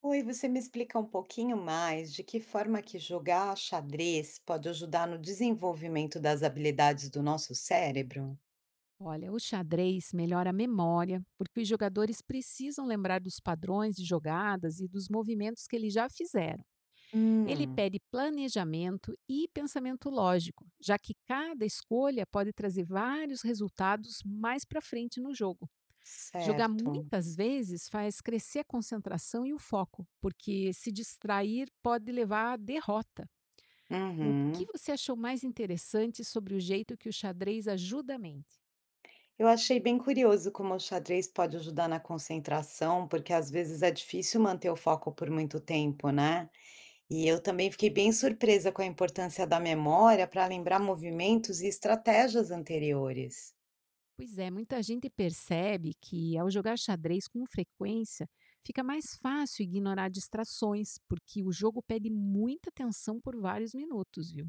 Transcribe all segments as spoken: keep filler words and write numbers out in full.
Oi, você me explica um pouquinho mais de que forma que jogar xadrez pode ajudar no desenvolvimento das habilidades do nosso cérebro? Olha, o xadrez melhora a memória, porque os jogadores precisam lembrar dos padrões de jogadas e dos movimentos que eles já fizeram. Ele Hum, pede planejamento e pensamento lógico, já que cada escolha pode trazer vários resultados mais para frente no jogo. Jogar certo. muitas vezes faz crescer a concentração e o foco, porque se distrair pode levar à derrota. O que Uhum. você achou mais interessante sobre o jeito que o xadrez ajuda a mente? Eu achei bem curioso como o xadrez pode ajudar na concentração, porque às vezes é difícil manter o foco por muito tempo, né? E eu também fiquei bem surpresa com a importância da memória para lembrar movimentos e estratégias anteriores. Pois é, muita gente percebe que ao jogar xadrez com frequência, fica mais fácil ignorar distrações, porque o jogo pede muita atenção por vários minutos, viu?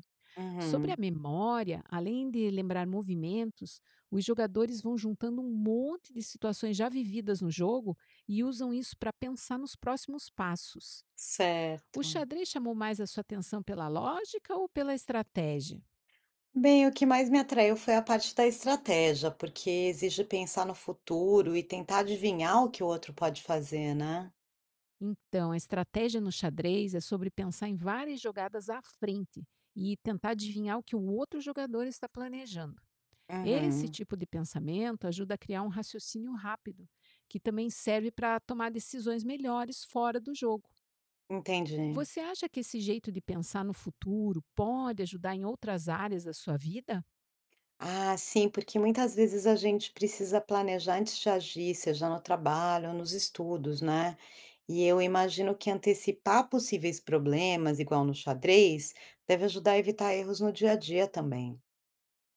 Sobre a Uhum, memória, além de lembrar movimentos, os jogadores vão juntando um monte de situações já vividas no jogo e usam isso para pensar nos próximos passos. O certo. xadrez chamou mais a sua atenção pela lógica ou pela estratégia? Bem, o que mais me atraiu foi a parte da estratégia, porque exige pensar no futuro e tentar adivinhar o que o outro pode fazer, né? Então, a estratégia no xadrez é sobre pensar em várias jogadas à frente e tentar adivinhar o que o outro jogador está planejando. Esse Uhum, tipo de pensamento ajuda a criar um raciocínio rápido, que também serve para tomar decisões melhores fora do jogo. entendi. Você acha que esse jeito de pensar no futuro pode ajudar em outras áreas da sua vida? Ah, sim, porque muitas vezes a gente precisa planejar antes de agir, seja no trabalho ou nos estudos, né? E eu imagino que antecipar possíveis problemas, igual no xadrez, deve ajudar a evitar erros no dia a dia também.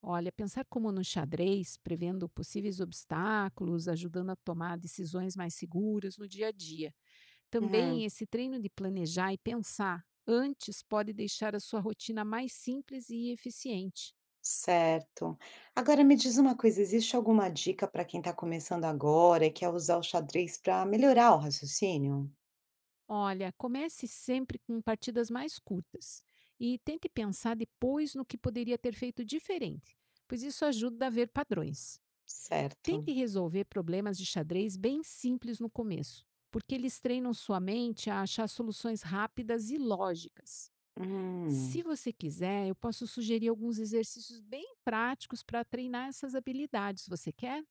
Olha, pensar como no xadrez, prevendo possíveis obstáculos, ajudando a tomar decisões mais seguras no dia a dia. Também Uhum. esse treino de planejar e pensar antes pode deixar a sua rotina mais simples e eficiente. Certo. Agora me diz uma coisa, existe alguma dica para quem está começando agora e quer usar o xadrez para melhorar o raciocínio? Olha, comece sempre com partidas mais curtas e tente pensar depois no que poderia ter feito diferente, pois isso ajuda a ver padrões. Tente Certo. resolver problemas de xadrez bem simples no começo, porque eles treinam sua mente a achar soluções rápidas e lógicas. Se Hum. você quiser, eu posso sugerir alguns exercícios bem práticos para treinar essas habilidades. Você quer?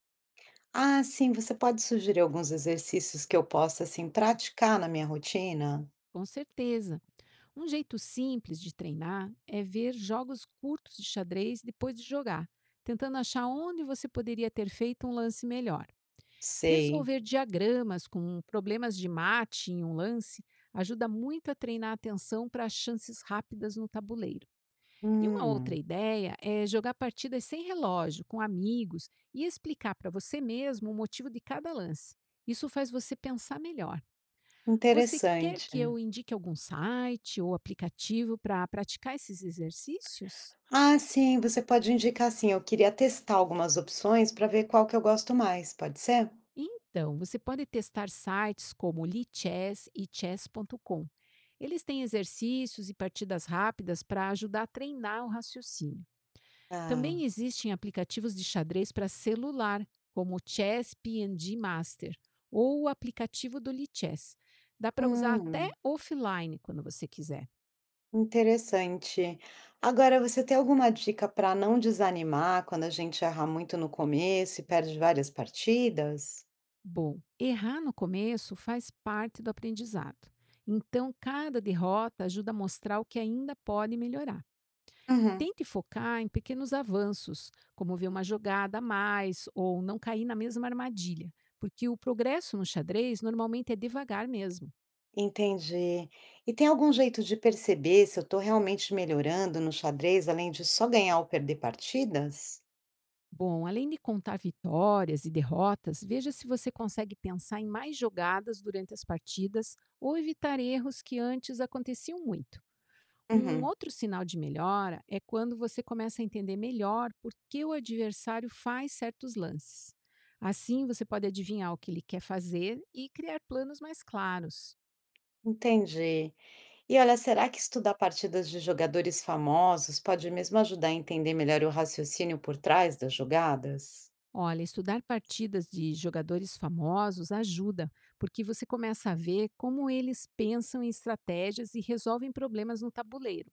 Ah, sim, você pode sugerir alguns exercícios que eu possa assim praticar na minha rotina? Com certeza. Um jeito simples de treinar é ver jogos curtos de xadrez depois de jogar, tentando achar onde você poderia ter feito um lance melhor. Sei. Resolver diagramas com problemas de mate em um lance ajuda muito a treinar a atenção para chances rápidas no tabuleiro. E uma outra Hum, ideia é jogar partidas sem relógio, com amigos e explicar para você mesmo o motivo de cada lance. Isso faz você pensar melhor. Você quer que interessante. eu indique algum site ou aplicativo para praticar esses exercícios? Ah, sim, você pode indicar assim, eu queria testar algumas opções para ver qual que eu gosto mais, pode ser? Então, você pode testar sites como o LeChess e chess ponto com. Eles têm exercícios e partidas rápidas para ajudar a treinar o raciocínio. Ah. Também existem aplicativos de xadrez para celular, como o chess pê and gê master ou o aplicativo do Lichess. Dá para usar até Hum. offline quando você quiser. Interessante. Agora, você tem alguma dica para não desanimar quando a gente erra muito no começo e perde várias partidas? Bom, errar no começo faz parte do aprendizado. Então, cada derrota ajuda a mostrar o que ainda pode melhorar. Uhum. Tente focar em pequenos avanços, como ver uma jogada a mais ou não cair na mesma armadilha, porque o progresso no xadrez normalmente é devagar mesmo. Entendi. E tem algum jeito de perceber se eu estou realmente melhorando no xadrez, além de só ganhar ou perder partidas? Bom, além de contar vitórias e derrotas, veja se você consegue pensar em mais jogadas durante as partidas ou evitar erros que antes aconteciam muito. Um Uhum. outro sinal de melhora é quando você começa a entender melhor por que o adversário faz certos lances. Assim, você pode adivinhar o que ele quer fazer e criar planos mais claros. Entendi. E olha, será que estudar partidas de jogadores famosos pode mesmo ajudar a entender melhor o raciocínio por trás das jogadas? Olha, estudar partidas de jogadores famosos ajuda, porque você começa a ver como eles pensam em estratégias e resolvem problemas no tabuleiro.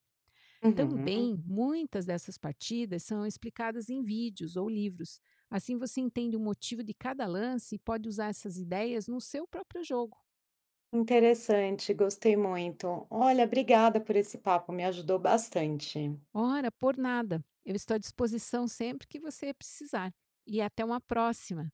Uhum. Também, muitas dessas partidas são explicadas em vídeos ou livros. Assim você entende o motivo de cada lance e pode usar essas ideias no seu próprio jogo. Interessante, gostei muito. Olha, obrigada por esse papo, me ajudou bastante. Ora, por nada, eu estou à disposição sempre que você precisar. E até uma próxima!